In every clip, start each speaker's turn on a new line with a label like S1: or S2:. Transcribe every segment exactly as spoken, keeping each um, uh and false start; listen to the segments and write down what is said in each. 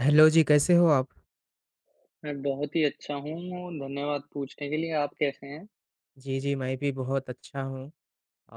S1: Hello जी, कैसे हो आप?
S2: मैं बहुत ही अच्छा हूँ, धन्यवाद पूछने के लिए। आप कैसे हैं?
S1: जी, जी, मैं भी बहुत अच्छा हूँ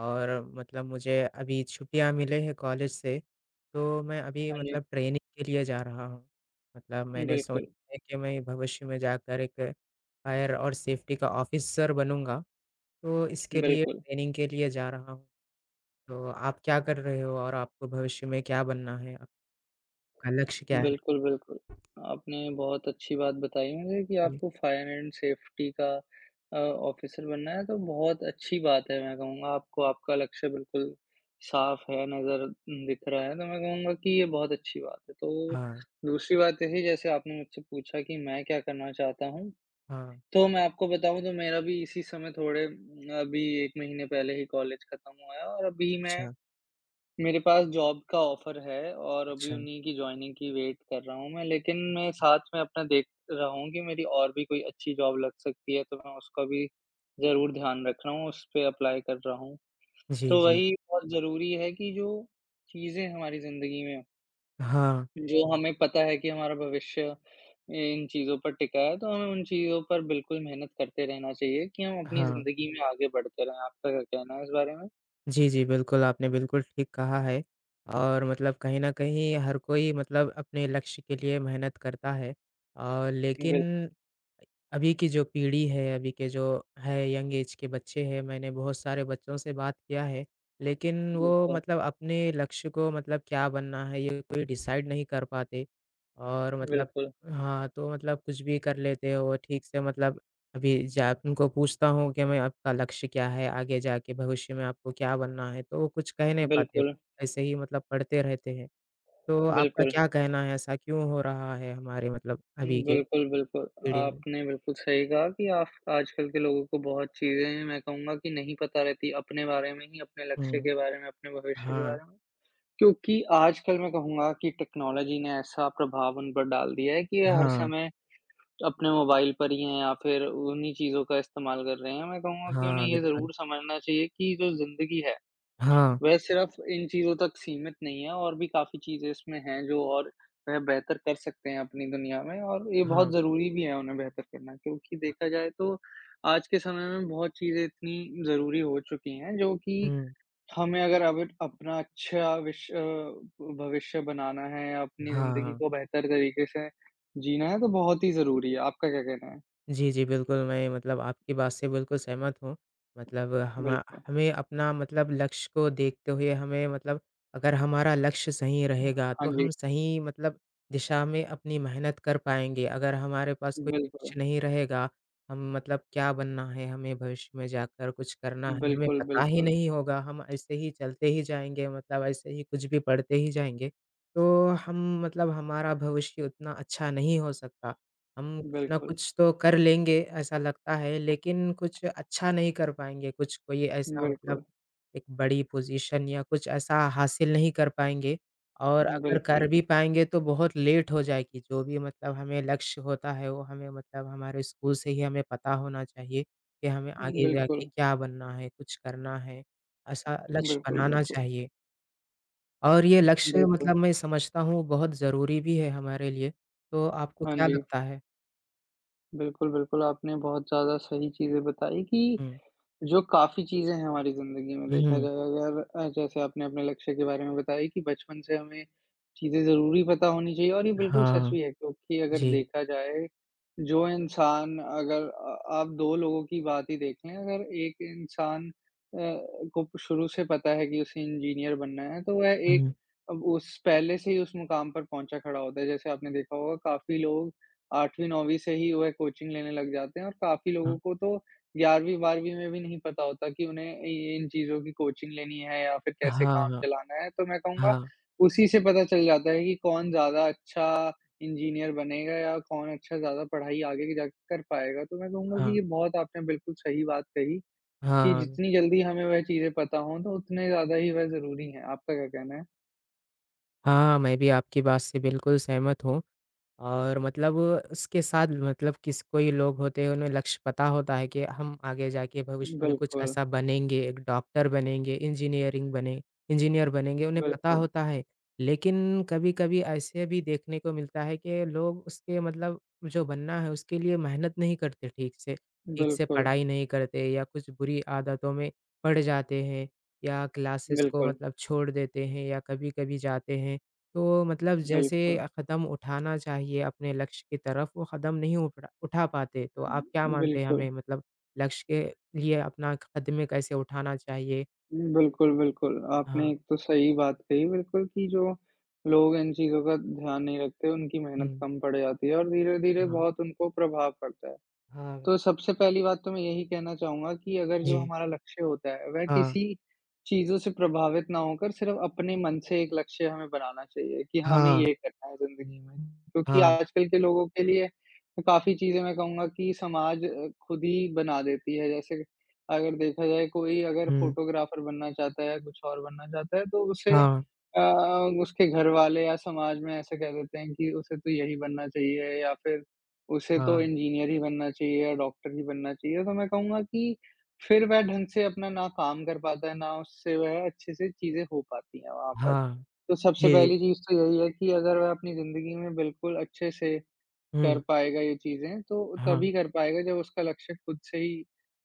S1: और मतलब मुझे अभी छुट्टियाँ मिले हैं कॉलेज से, तो मैं अभी
S2: हाँ जी।
S1: मतलब ट्रेनिंग के लिए जा रहा हूँ। मतलब मैंने
S2: बिल्कुल,
S1: सोचा है कि मैं भविष्य में जाकर एक फायर और सेफ्टी का ऑफ़िसर बनूँगा, तो इसके लिए
S2: बिल्कुल।
S1: ट्रेनिंग के लिए जा रहा हूँ। तो आप क्या कर रहे हो और आपको भविष्य में क्या बनना है? आपका लक्ष्य क्या है?
S2: बिल्कुल, बिल्कुल। आपने बहुत अच्छी बात बताई मुझे कि
S1: जी।
S2: आपको फायर एंड सेफ्टी का अ, ऑफ़िसर बनना है तो बहुत अच्छी बात है मैं कहूँगा। आपको आपका लक्ष्य बिल्कुल साफ़ है, नज़र दिख रहा है, तो मैं कहूँगा कि ये बहुत अच्छी बात है। तो
S1: हाँ,
S2: दूसरी बात यही जैसे आपने मुझसे पूछा कि मैं क्या करना चाहता हूँ?
S1: हाँ।
S2: तो मैं आपको बताऊँ तो मेरा भी इसी समय थोड़े अभी एक महीने पहले ही कॉलेज खत्म हुआ है और अभी मैं
S1: अच्छा,
S2: मेरे पास जॉब का ऑफर है और अभी
S1: अच्छा,
S2: उन्हीं की जॉइनिंग की वेट कर रहा हूँ मैं। लेकिन मैं
S1: अच्छा।
S2: साथ में अपना देख रहा हूँ कि मेरी और भी कोई अच्छी जॉब लग सकती है, तो मैं उसका भी ज़रूर ध्यान रख रहा हूँ, उस पे अप्लाई कर रहा हूँ।
S1: जी,
S2: तो
S1: जी।
S2: वही बहुत ज़रूरी है कि जो चीज़ें हमारी ज़िंदगी में
S1: हाँ,
S2: जो हमें पता है कि हमारा भविष्य इन चीज़ों पर टिका है, तो हमें उन चीज़ों पर बिल्कुल मेहनत करते रहना चाहिए कि हम अपनी
S1: हाँ।
S2: ज़िंदगी में आगे बढ़ते रहें। आपका क्या कहना है इस बारे में?
S1: जी, जी, बिल्कुल, आपने बिल्कुल ठीक कहा है और मतलब कहीं न कहीं हर कोई मतलब अपने लक्ष्य के लिए मेहनत करता है। अ, लेकिन
S2: बिल
S1: अभी की जो पीढ़ी है, अभी के जो है यंग एज के बच्चे हैं, मैंने बहुत सारे बच्चों से बात किया है, लेकिन वो
S2: बिल्कुल,
S1: मतलब अपने लक्ष्य को मतलब क्या बनना है ये कोई डिसाइड नहीं कर पाते और मतलब
S2: बिल्कुल,
S1: हाँ, तो मतलब कुछ भी कर लेते हैं वो ठीक से मतलब अभी जा उनको पूछता हूँ कि मैं आपका लक्ष्य क्या है? आगे जाके भविष्य में आपको क्या बनना है? तो वो कुछ कह नहीं पाते,
S2: बिल्कुल,
S1: ऐसे ही मतलब पढ़ते रहते हैं। तो आपका
S2: बिल्कुल।
S1: क्या कहना है? ऐसा क्यों हो रहा है हमारे मतलब अभी के
S2: बिल्कुल, बिल्कुल।
S1: पीढ़ी में?
S2: आपने बिल्कुल सही कहा कि आप आजकल के लोगों को बहुत चीज़ें मैं कहूँगा कि नहीं पता रहती अपने बारे में ही, अपने लक्ष्य
S1: हुँ,
S2: के बारे में, अपने भविष्य के
S1: हाँ।
S2: बारे में। क्योंकि आजकल मैं कहूँगा कि टेक्नोलॉजी ने ऐसा प्रभाव उन पर डाल दिया है कि ये हर
S1: हाँ,
S2: समय अपने मोबाइल पर ही हैं या फिर उन्हीं चीज़ों का इस्तेमाल कर रहे हैं। मैं कहूँगा कि उन्हें
S1: हाँ,
S2: ये
S1: बिल्कुल।
S2: ज़रूर समझना चाहिए कि जो ज़िंदगी है,
S1: हाँ,
S2: वह सिर्फ़ इन चीज़ों तक सीमित नहीं है और भी काफ़ी चीज़ें इसमें हैं जो और वह बेहतर कर सकते हैं अपनी दुनिया में और ये बहुत
S1: हाँ।
S2: ज़रूरी भी है उन्हें बेहतर करना क्योंकि देखा जाए तो आज के समय में बहुत चीज़ें इतनी ज़रूरी हो चुकी हैं जो कि
S1: हुँ,
S2: हमें अगर अब अपना अच्छा विश अ, भविष्य बनाना है, अपनी
S1: हाँ,
S2: ज़िंदगी
S1: हाँ।
S2: को बेहतर तरीके से जीना है तो बहुत ही ज़रूरी है। आपका क्या कहना है?
S1: जी, जी, बिल्कुल, मैं मतलब आपकी बात से बिल्कुल सहमत हूँ। मतलब हमा
S2: बिल्कुल।
S1: हमें अपना मतलब लक्ष्य को देखते हुए हमें मतलब अगर हमारा लक्ष्य सही रहेगा,
S2: हाँ
S1: तो
S2: जी,
S1: हम सही मतलब दिशा में अपनी मेहनत कर पाएँगे। अगर हमारे पास कोई
S2: बिल्कुल।
S1: लक्ष्य नहीं रहेगा, हम मतलब क्या बनना है, हमें भविष्य में जाकर कुछ करना है, हमें
S2: बिल्कुल,
S1: पता ही
S2: बिल्कुल,
S1: नहीं होगा, हम ऐसे ही चलते ही जाएँगे, मतलब ऐसे ही कुछ भी पढ़ते ही जाएँगे, तो हम मतलब हमारा भविष्य उतना अच्छा नहीं हो सकता। हम कुछ ना
S2: बिल्कुल,
S1: कुछ तो कर लेंगे ऐसा लगता है, लेकिन कुछ अच्छा नहीं कर पाएँगे, कुछ कोई ऐसा मतलब
S2: बिल्कुल,
S1: एक बड़ी पोज़ीशन या कुछ ऐसा हासिल नहीं कर पाएँगे और अगर
S2: बिल्कुल,
S1: कर भी पाएँगे तो बहुत लेट हो जाएगी, जो भी मतलब हमें लक्ष्य होता है वो हमें मतलब हमारे स्कूल से ही हमें पता होना चाहिए कि हमें आगे
S2: बिल्कुल,
S1: जाके क्या बनना है, कुछ करना है, ऐसा लक्ष्य
S2: बिल्कुल,
S1: बनाना
S2: बिल्कुल,
S1: चाहिए। और ये लक्ष्य
S2: बिल्कुल।
S1: मतलब मैं समझता हूँ बहुत ज़रूरी भी है हमारे लिए, तो आपको
S2: हाँ
S1: क्या
S2: जी।
S1: लगता है?
S2: बिल्कुल, बिल्कुल, आपने बहुत ज़्यादा सही चीज़ें बताई कि
S1: हुँ।
S2: जो काफ़ी चीज़ें हैं हमारी ज़िंदगी में देखा
S1: हुँ,
S2: जाए अगर अ, जैसे आपने अपने लक्ष्य के बारे में बताया कि बचपन से हमें चीज़ें ज़रूरी पता होनी चाहिए और ये बिल्कुल सच
S1: हाँ,
S2: भी है क्योंकि अगर
S1: जी,
S2: देखा जाए, जो इंसान अगर अ, आप दो लोगों की बात ही देख लें, अगर एक इंसान अ, को शुरू से पता है कि उसे इंजीनियर बनना है, तो वह एक
S1: हुँ,
S2: अब उस पहले से ही उस मुकाम पर पहुँचा खड़ा होता है। जैसे आपने देखा होगा काफ़ी लोग 8वीं-9वीं से ही वह कोचिंग लेने लग जाते हैं और काफ़ी
S1: हाँ,
S2: लोगों को तो 11वीं-12वीं में भी नहीं पता होता कि उन्हें इ इन चीज़ों की कोचिंग लेनी है या फिर कैसे
S1: हाँ,
S2: काम
S1: हाँ,
S2: चलाना है। तो मैं कहूँगा
S1: हाँ,
S2: उसी से पता चल जाता है कि कौन ज़्यादा अच्छा इंजीनियर बनेगा या कौन अच्छा ज़्यादा पढ़ाई आगे जाके कर पाएगा। तो मैं कहूँगा
S1: हाँ,
S2: कि ये बहुत आपने बिल्कुल सही बात कही कि
S1: हाँ,
S2: जितनी जल्दी हमें वह चीज़ें पता हों तो उतने ज़्यादा ही वह ज़रूरी हैं। आपका क्या कहना है?
S1: हाँ, मैं भी आपकी बात से बिल्कुल सहमत हूँ और मतलब उसके साथ मतलब किस कोई लोग होते हैं उन्हें लक्ष्य पता होता है कि हम आगे जाके भविष्य में कुछ
S2: बिल्कुल,
S1: ऐसा बनेंगे, एक डॉक्टर बनेंगे, इंजीनियरिंग बने इंजीनियर बनेंगे, उन्हें पता
S2: बिल्कुल,
S1: होता है। लेकिन कभी-कभी ऐसे भी देखने को मिलता है कि लोग उसके मतलब जो बनना है उसके लिए मेहनत नहीं करते ठीक से, ठीक से
S2: बिल्कुल,
S1: पढ़ाई नहीं करते या कुछ बुरी आदतों में पड़ जाते हैं या क्लासेस को
S2: बिल्कुल,
S1: मतलब छोड़ देते हैं या कभी-कभी जाते हैं तो मतलब जैसे
S2: बिल्कुल।
S1: अ, कदम उठाना चाहिए अपने लक्ष्य की तरफ, वो कदम नहीं उठा उठा पाते। तो आप क्या मानते हैं
S2: बिल्कुल,
S1: हमें मतलब लक्ष्य के लिए अपना कदमें कैसे उठाना चाहिए?
S2: बिल्कुल, बिल्कुल। आपने
S1: हाँ।
S2: एक तो सही बात कही बिल्कुल कि जो लोग इन चीज़ों का ध्यान नहीं रखते, उनकी मेहनत
S1: हुँ।
S2: कम पड़ जाती है और धीरे-धीरे
S1: हाँ।
S2: बहुत उनको प्रभाव पड़ता है।
S1: हाँ।
S2: तो सबसे पहली बात तो मैं यही कहना चाहूँगा कि अगर जो
S1: जी।
S2: हमारा लक्ष्य होता है, वह
S1: हाँ।
S2: किसी चीज़ों से प्रभावित ना होकर सिर्फ़ अपने मन से एक लक्ष्य हमें बनाना चाहिए कि हमें
S1: हाँ।
S2: ये करना है ज़िंदगी में। क्योंकि
S1: हाँ।
S2: आजकल के लोगों के लिए काफ़ी चीज़ें मैं कहूँगा कि समाज अ, खुद ही बना देती है। जैसे अगर देखा जाए कोई अगर
S1: हुँ।
S2: फ़ोटोग्राफ़र बनना चाहता है, कुछ और बनना चाहता है तो उसे
S1: हाँ।
S2: अ, उसके घरवाले या समाज में ऐसा कह देते हैं कि उसे तो यही बनना चाहिए या फिर उसे तो
S1: हाँ।
S2: इंजीनियर ही बनना चाहिए या डॉक्टर ही बनना चाहिए, तो मैं कहूँगा कि फिर वह ढंग से अपना ना काम कर पाता है, ना उससे वह अच्छे से चीज़ें हो पाती हैं वहाँ पर।
S1: हाँ।
S2: तो सबसे
S1: जी।
S2: पहली चीज़ तो यही है कि अगर वह अपनी ज़िंदगी में बिल्कुल अच्छे से कर
S1: हुँ।
S2: पाएगा ये चीज़ें, तो तभी
S1: हाँ।
S2: कर पाएगा जब उसका लक्ष्य खुद से ही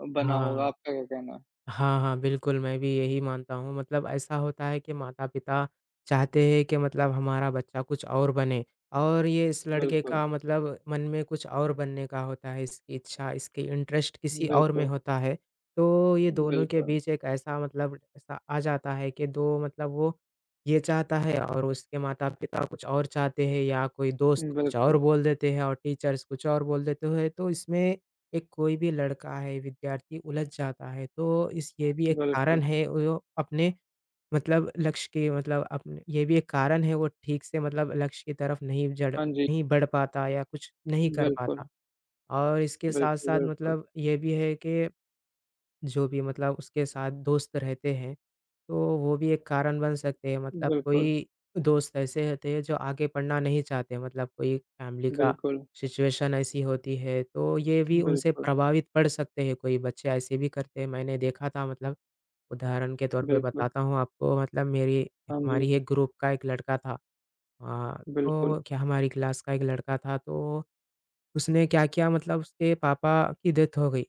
S2: अ, बना होगा।
S1: हाँ।
S2: आपका क्या कहना है?
S1: हाँ, हाँ, बिल्कुल, मैं भी यही मानता हूँ। मतलब ऐसा होता है कि माता-पिता चाहते हैं कि मतलब हमारा बच्चा कुछ और बने और ये इस लड़के
S2: बिल्कुल,
S1: का मतलब मन में कुछ और बनने का होता है, इसकी इच्छा, इसकी इंटरेस्ट किसी और में
S2: बिल्कुल,
S1: होता है। तो ये दोनों के
S2: बिल्कुल,
S1: बीच एक ऐसा मतलब ऐसा आ जाता है कि दो मतलब वो ये चाहता है और उसके माता-पिता कुछ और चाहते हैं या कोई दोस्त कुछ और
S2: बिल्कुल,
S1: बोल देते हैं और टीचर्स कुछ और बोल देते हैं। तो इसमें एक कोई भी लड़का है, विद्यार्थी उलझ जाता है, तो इस ये भी एक कारण
S2: बिल्कुल।
S1: है वो अपने मतलब लक्ष्य के मतलब अपने ये भी एक कारण है वो ठीक से मतलब लक्ष्य की तरफ नहीं जड़
S2: हाँ जी,
S1: नहीं बढ़ पाता या कुछ नहीं कर
S2: बिल्कुल,
S1: पाता। और इसके साथ-साथ
S2: बिल्कुल,
S1: मतलब ये भी है कि जो भी मतलब उसके साथ दोस्त रहते हैं तो वो भी एक कारण बन सकते हैं मतलब
S2: बिल्कुल,
S1: कोई दोस्त ऐसे होते हैं जो आगे पढ़ना नहीं चाहते मतलब कोई फैमिली का
S2: बिल्कुल,
S1: सिचुएशन ऐसी होती है तो ये भी
S2: बिल्कुल,
S1: उनसे
S2: बिल्कुल,
S1: प्रभावित पड़ सकते हैं कोई बच्चे ऐसे भी करते हैं मैंने देखा था मतलब उदाहरण के तौर पे
S2: बिल्कुल।
S1: बताता हूँ आपको मतलब मेरी
S2: हाँ जी,
S1: हमारी एक ग्रुप का एक लड़का था अ,
S2: बिल्कुल,
S1: तो क्या हमारी क्लास का एक लड़का था तो उसने क्या किया मतलब उसके पापा की डेथ हो गई,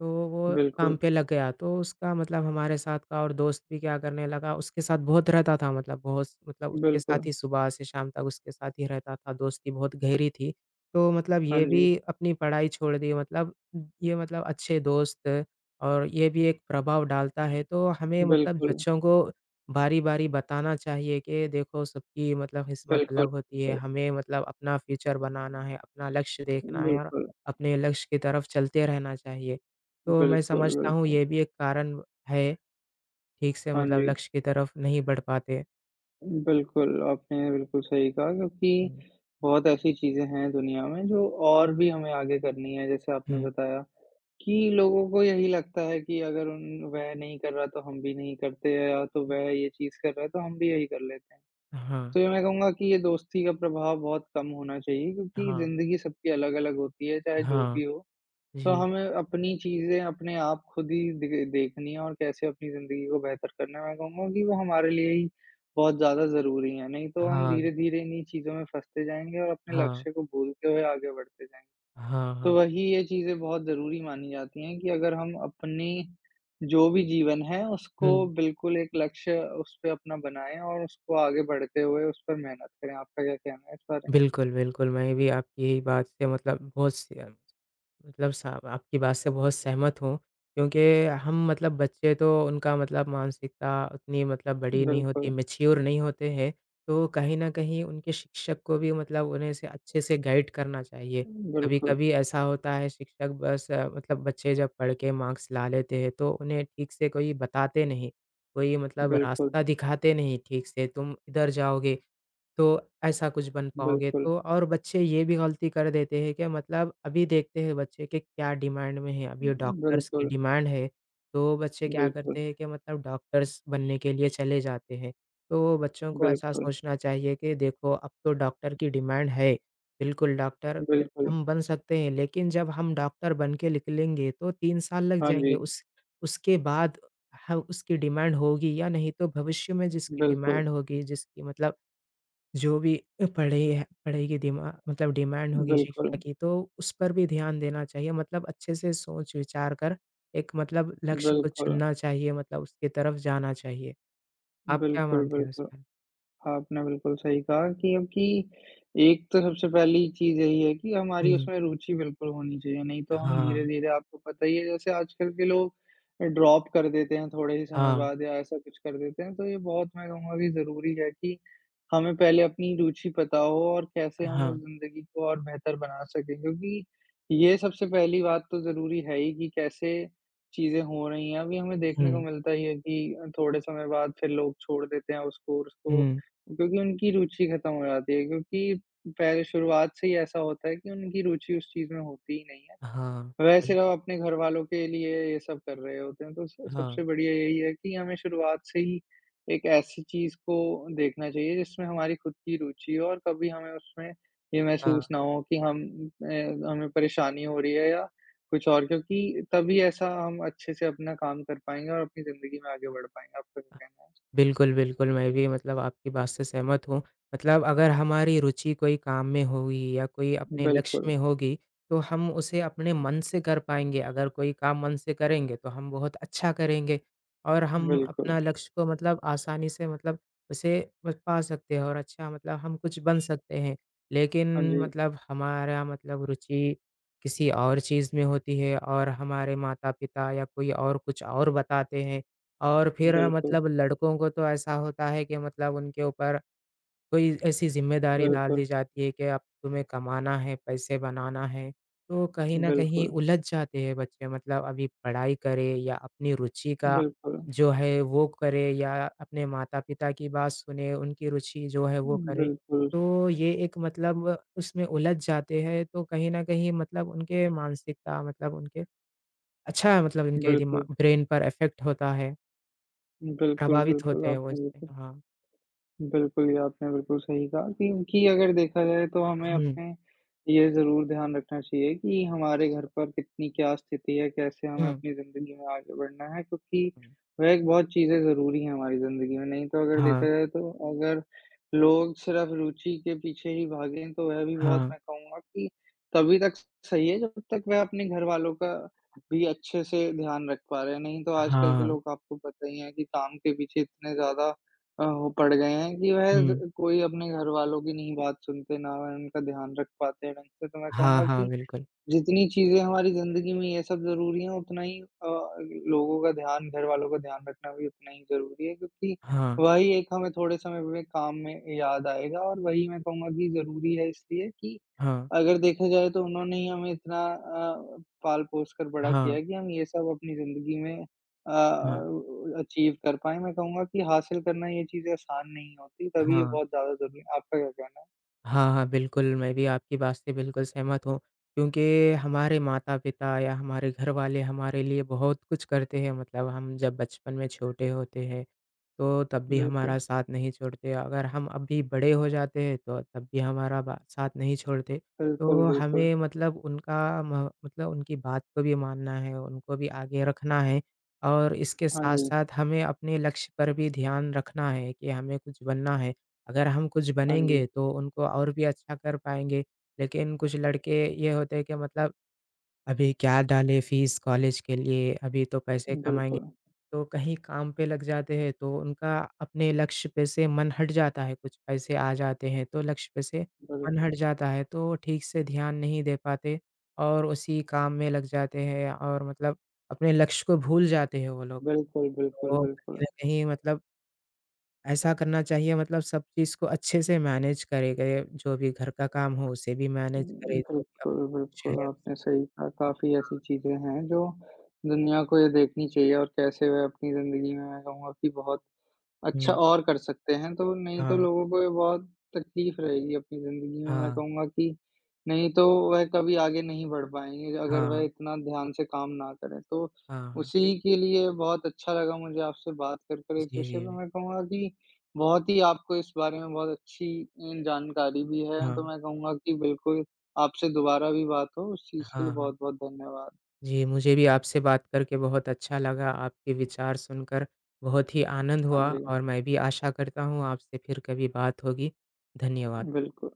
S1: तो वो काम
S2: बिल्कुल,
S1: पे लग गया, तो उसका मतलब हमारे साथ का और दोस्त भी क्या करने लगा, उसके साथ बहुत रहता था मतलब बहुत मतलब उसके
S2: बिल्कुल,
S1: साथ ही सुबह से शाम तक उसके साथ ही रहता था, दोस्ती बहुत गहरी थी। तो मतलब
S2: हाँ
S1: ये
S2: जी,
S1: भी अपनी पढ़ाई छोड़ दी मतलब ये मतलब अच्छे दोस्त और ये भी एक प्रभाव डालता है, तो हमें मतलब
S2: बिल्कुल,
S1: बच्चों को बारी-बारी बताना चाहिए कि देखो सबकी मतलब किस्मत
S2: बिल्कुल,
S1: अलग होती है,
S2: बिल्कुल,
S1: हमें मतलब अपना फ्यूचर बनाना है, अपना लक्ष्य देखना है और
S2: बिल्कुल,
S1: अपने लक्ष्य की तरफ चलते रहना चाहिए। तो मैं
S2: बिल्कुल,
S1: समझता हूँ
S2: बिल्कुल,
S1: ये भी एक कारण है, ठीक से
S2: हाँ
S1: मतलब
S2: जी,
S1: लक्ष्य की तरफ नहीं बढ़ पाते।
S2: बिल्कुल, आपने बिल्कुल सही कहा क्योंकि
S1: हुँ,
S2: बहुत ऐसी चीज़ें हैं दुनिया में जो और भी हमें आगे करनी है, जैसे आपने
S1: हुँ,
S2: बताया कि लोगों को यही लगता है कि अगर उन वह नहीं कर रहा तो हम भी नहीं करते या तो
S1: हुँ।
S2: वह ये चीज़ कर रहा है तो हम भी यही कर लेते हैं।
S1: हाँ,
S2: तो ये मैं कहूँगा कि ये दोस्ती का प्रभाव बहुत कम होना चाहिए क्योंकि
S1: हाँ,
S2: ज़िंदगी सबकी अलग-अलग होती है, चाहे जो
S1: हाँ,
S2: भी हो। तो
S1: जी।
S2: हमें अपनी चीज़ें अपने आप खुद ही दे देखनी है और कैसे अपनी ज़िंदगी को बेहतर करना है, मैं कहूँगा कि वो हमारे लिए ही बहुत ज़्यादा ज़रूरी है। नहीं तो हम
S1: हाँ,
S2: धीरे-धीरे इन्हीं चीज़ों में फँसते जाएँगे और अपने
S1: हाँ,
S2: लक्ष्य को भूलते हुए आगे बढ़ते जाएँगे।
S1: हाँ, हाँ।
S2: तो वही ये चीज़ें बहुत ज़रूरी मानी जाती हैं कि अगर हम अपनी जो भी जीवन है, उसको
S1: हुँ।
S2: बिल्कुल एक लक्ष्य उस पे अपना बनाएँ और उसको आगे बढ़ते हुए उस पर मेहनत करें। आपका क्या कहना है इस बारे में?
S1: बिल्कुल, बिल्कुल, मैं भी आपकी यही बात से मतलब बहुत सी अ, मतलब सा आपकी बात से बहुत सहमत हूँ, क्योंकि हम मतलब बच्चे तो उनका मतलब मानसिकता उतनी मतलब बड़ी नहीं होती,
S2: बिल्कुल,
S1: मैच्योर नहीं होते हैं, तो कहीं न कहीं उनके शिक्षक को भी मतलब उन्हें से अच्छे से गाइड करना चाहिए।
S2: बिल्कुल,
S1: कभी-कभी ऐसा होता है शिक्षक बस अ, मतलब बच्चे जब पढ़ के मार्क्स ला लेते हैं, तो उन्हें ठीक से कोई बताते नहीं, कोई मतलब
S2: बिल्कुल,
S1: रास्ता दिखाते नहीं ठीक से, तुम इधर जाओगे तो ऐसा कुछ बन पाओगे
S2: बिल्कुल,
S1: तो और बच्चे ये भी गलती कर देते हैं कि मतलब अभी देखते हैं बच्चे के क्या डिमांड में है, अभी डॉक्टर्स की
S2: बिल्कुल,
S1: डिमांड है, तो बच्चे क्या
S2: बिल्कुल,
S1: करते हैं कि मतलब डॉक्टर्स बनने के लिए चले जाते हैं। तो बच्चों को ऐसा
S2: बिल्कुल,
S1: सोचना चाहिए कि देखो अब तो डॉक्टर की डिमांड है, बिल्कुल डॉक्टर
S2: बिल्कुल।
S1: हम बन सकते हैं, लेकिन जब हम डॉक्टर बन के निकलेंगे तो तीन साल लग
S2: हाँ जी,
S1: जाएँगे उस उसके बाद ह उसकी डिमांड होगी या नहीं तो भविष्य में जिसकी
S2: बिल्कुल,
S1: डिमांड होगी, जिसकी मतलब जो भी अ, पढ़े है पढ़ेगी दिमा मतलब डिमांड होगी
S2: बिल्कुल,
S1: शिक्षा की तो उस पर भी ध्यान देना चाहिए मतलब अच्छे से सोच विचार कर एक मतलब लक्ष्य को
S2: बिल्कुल,
S1: चुनना चाहिए मतलब उसकी तरफ जाना चाहिए। आप क्या
S2: बिल्कुल,
S1: मानते हो इस
S2: बिल्कुल।
S1: पर?
S2: आपने बिल्कुल सही कहा कि अब कि एक तो सबसे पहली चीज़ यही है कि हमारी
S1: हुँ,
S2: उसमें रुचि बिल्कुल होनी चाहिए, नहीं तो हम
S1: हाँ,
S2: धीरे-धीरे आपको पता ही है जैसे आजकल के लोग अ, ड्रॉप कर देते हैं थोड़े ही समय
S1: हाँ,
S2: बाद या ऐसा कुछ कर देते हैं, तो ये बहुत मैं कहूँगा कि ज़रूरी है कि हमें पहले अपनी रुचि पता हो और कैसे हम
S1: हाँ,
S2: उस ज़िंदगी को और बेहतर बना सकें। क्योंकि ये सबसे पहली बात तो ज़रूरी है ही कि कैसे चीज़ें हो रही हैं, अभी हमें देखने को
S1: हुँ,
S2: मिलता ही है कि अ, थोड़े समय बाद फिर लोग छोड़ देते हैं उस कोर्स को
S1: हुँ,
S2: क्योंकि उनकी रुचि खत्म हो जाती है क्योंकि पहले शुरुआत से ही ऐसा होता है कि उनकी रुचि उस चीज़ में होती ही नहीं है।
S1: हाँ,
S2: वह सिर्फ़
S1: बिल्कुल,
S2: अपने घर वालों के लिए ये सब कर रहे होते हैं, तो स
S1: हाँ,
S2: सबसे बढ़िया यही है कि हमें शुरुआत से ही एक ऐसी चीज़ को देखना चाहिए जिसमें हमारी खुद की रुचि हो और कभी हमें उसमें ये
S1: हाँ।
S2: महसूस ना हो कि हम अ, हमें परेशानी हो रही है या कुछ और क्योंकि तभी ऐसा हम अच्छे से अपना काम कर पाएँगे और अपनी ज़िंदगी में आगे बढ़ पाएँगे। आपका क्या कहना है?
S1: बिल्कुल, बिल्कुल, मैं भी मतलब आपकी बात से सहमत हूँ। मतलब अगर हमारी रुचि कोई काम में होगी या कोई अपने लक्ष्य
S2: बिल्कुल,
S1: में होगी, तो हम उसे अपने मन से कर पाएँगे। अगर कोई काम मन से करेंगे, तो हम बहुत अच्छा करेंगे और हम
S2: बिल्कुल।
S1: अपना लक्ष्य को मतलब आसानी से मतलब उसे प पा सकते हैं और अच्छा मतलब हम कुछ बन सकते हैं। लेकिन
S2: हाँ जी।
S1: मतलब हमारा मतलब रुचि किसी और चीज़ में होती है और हमारे माता-पिता या कोई और कुछ और बताते हैं, और फिर
S2: बिल्कुल,
S1: मतलब लड़कों को तो ऐसा होता है कि मतलब उनके ऊपर कोई ऐसी ज़िम्मेदारी डाल
S2: बिल्कुल,
S1: दी जाती है कि अब तुम्हें कमाना है, पैसे बनाना है। तो कहीं न कहीं
S2: बिल्कुल,
S1: उलझ जाते हैं बच्चे मतलब अभी पढ़ाई करे या अपनी रुचि का
S2: बिल्कुल,
S1: जो है वो करे या अपने माता-पिता की बात सुने, उनकी रुचि जो है वो करे।
S2: बिल्कुल,
S1: तो ये एक मतलब उसमें उलझ जाते हैं तो कहीं न कहीं मतलब उनके मानसिकता मतलब उनके अच्छा है, मतलब
S2: बिल्कुल,
S1: इनके दिमा
S2: बिल्कुल,
S1: ब्रेन पर इफ़ेक्ट होता है।
S2: बिल्कुल,
S1: प्रभावित
S2: बिल्कुल,
S1: होते हैं वो
S2: आपने
S1: इससे,
S2: बिल्कुल
S1: हाँ।
S2: बिल्कुल, ये आपने बिल्कुल सही कहा कि कि अगर देखा जाए तो हमें
S1: हुँ,
S2: अपने ये ज़रूर ध्यान रखना चाहिए कि हमारे घर पर कितनी क्या स्थिति है, कैसे हमें
S1: हुँ,
S2: अपनी ज़िंदगी में आगे बढ़ना है क्योंकि
S1: हुँ।
S2: वह एक बहुत चीज़ें ज़रूरी हैं हमारी ज़िंदगी में। नहीं तो अगर देखा
S1: हाँ,
S2: जाए तो अगर लोग सिर्फ़ रुचि के पीछे ही भागें तो वह भी बहुत
S1: हाँ,
S2: मैं कहूँगा कि तभी तक सही है जब तक वह अपने घरवालों का भी अच्छे से ध्यान रख पा रहे हैं। नहीं तो आजकल के
S1: हाँ,
S2: लोग आपको पता ही है कि काम के पीछे इतने ज़्यादा अ, हो पड़ गए हैं कि वह ज
S1: हुँ।
S2: कोई अपने घरवालों की नहीं बात सुनते, ना वह उनका ध्यान रख पाते हैं ढंग से, तो मैं
S1: हाँ,
S2: कहूँगा
S1: हाँ,
S2: कि
S1: बिल्कुल।
S2: जितनी चीज़ें हमारी ज़िंदगी में ये सब ज़रूरी हैं, उतना ही अ, लोगों का ध्यान, घरवालों का ध्यान रखना भी उतना ही ज़रूरी है क्योंकि
S1: हाँ,
S2: वही एक हमें थोड़े समय में काम में याद आएगा और वही मैं कहूँगा कि ज़रूरी है इसलिए कि
S1: हाँ,
S2: अगर देखा जाए तो उन्होंने ही हमें इतना अ, पाल-पोस कर बड़ा किया
S1: हाँ,
S2: है कि हम ये सब अपनी ज़िंदगी में अ,
S1: हाँ,
S2: अचीव कर पाएँ। मैं कहूँगा कि हासिल करना ये चीज़ें आसान नहीं होती, तभी ये
S1: हाँ।
S2: बहुत ज़्यादा ज़रूरी है। आपका क्या कहना है?
S1: हाँ, हाँ, बिल्कुल, मैं भी आपकी बात से बिल्कुल सहमत हूँ क्योंकि हमारे माता-पिता या हमारे घरवाले हमारे लिए बहुत कुछ करते हैं मतलब हम जब बचपन में छोटे होते हैं, तो तब भी
S2: बिल्कुल,
S1: हमारा साथ नहीं छोड़ते। अगर हम अभी बड़े हो जाते हैं तो तब भी हमारा बा साथ नहीं छोड़ते।
S2: बिल्कुल,
S1: तो
S2: बिल्कुल।
S1: हमें मतलब उनका म मतलब उनकी बात को भी मानना है, उनको भी आगे रखना है और इसके
S2: हाँ जी,
S1: साथ-साथ हमें अपने लक्ष्य पर भी ध्यान रखना है कि हमें कुछ बनना है। अगर हम कुछ
S2: हाँ जी।
S1: बनेंगे तो उनको और भी अच्छा कर पाएँगे। लेकिन कुछ लड़के ये होते हैं कि मतलब अभी क्या डालें फीस कॉलेज के लिए, अभी तो पैसे कमाएँगे,
S2: बिल्कुल,
S1: तो कहीं काम पे लग जाते हैं तो उनका अपने लक्ष्य पे से मन हट जाता है, कुछ पैसे आ जाते हैं तो लक्ष्य पे से मन
S2: बिल्कुल।
S1: हट जाता है तो ठीक से ध्यान नहीं दे पाते और उसी काम में लग जाते हैं और मतलब अपने लक्ष्य को भूल जाते हैं वो लोग।
S2: बिल्कुल, बिल्कुल,
S1: तो कहीं
S2: बिल्कुल।
S1: न कहीं मतलब ऐसा करना चाहिए मतलब सब चीज़ को अच्छे से मैनेज करे गए, जो भी घर का काम हो उसे भी
S2: उम,
S1: मैनेज करे, जो
S2: बिल्कुल,
S1: भी अपना लक्ष्य
S2: बिल्कुल,
S1: है
S2: आपने
S1: उसको
S2: सही
S1: भी।
S2: कहा। काफ़ी ऐसी चीज़ें हैं जो दुनिया को ये देखनी चाहिए और कैसे वह अपनी ज़िंदगी में मैं कहूँगा कि बहुत अच्छा
S1: हुँ,
S2: और कर सकते हैं, तो नहीं तो
S1: हाँ, हुँ,
S2: लोगों को ये बहुत तकलीफ रहेगी अपनी ज़िंदगी में, मैं
S1: हाँ,
S2: कहूँगा कि नहीं तो वह कभी आगे नहीं बढ़ पाएँगे अगर वह
S1: हाँ,
S2: इतना ध्यान से काम ना करें। तो
S1: हाँ, हाँ।
S2: उसी के लिए बहुत अच्छा लगा मुझे आपसे बात कर कर इस
S1: जी,
S2: विषय पे,
S1: जी।
S2: मैं कहूँगा कि बहुत ही आपको इस बारे में बहुत अच्छी अ, जानकारी भी है, तो
S1: हाँ,
S2: मैं कहूँगा कि बिल्कुल आपसे दोबारा भी बात हो, उस
S1: हाँ,
S2: चीज़ के लिए
S1: हाँ।
S2: बहुत-बहुत धन्यवाद।
S1: जी, मुझे भी आपसे बात करके बहुत अच्छा लगा, आपके विचार सुनकर बहुत ही आनंद
S2: हाँ
S1: हुआ
S2: जी,
S1: और मैं भी आशा करता हूँ आपसे फिर कभी बात होगी। धन्यवाद।
S2: बिल्कुल।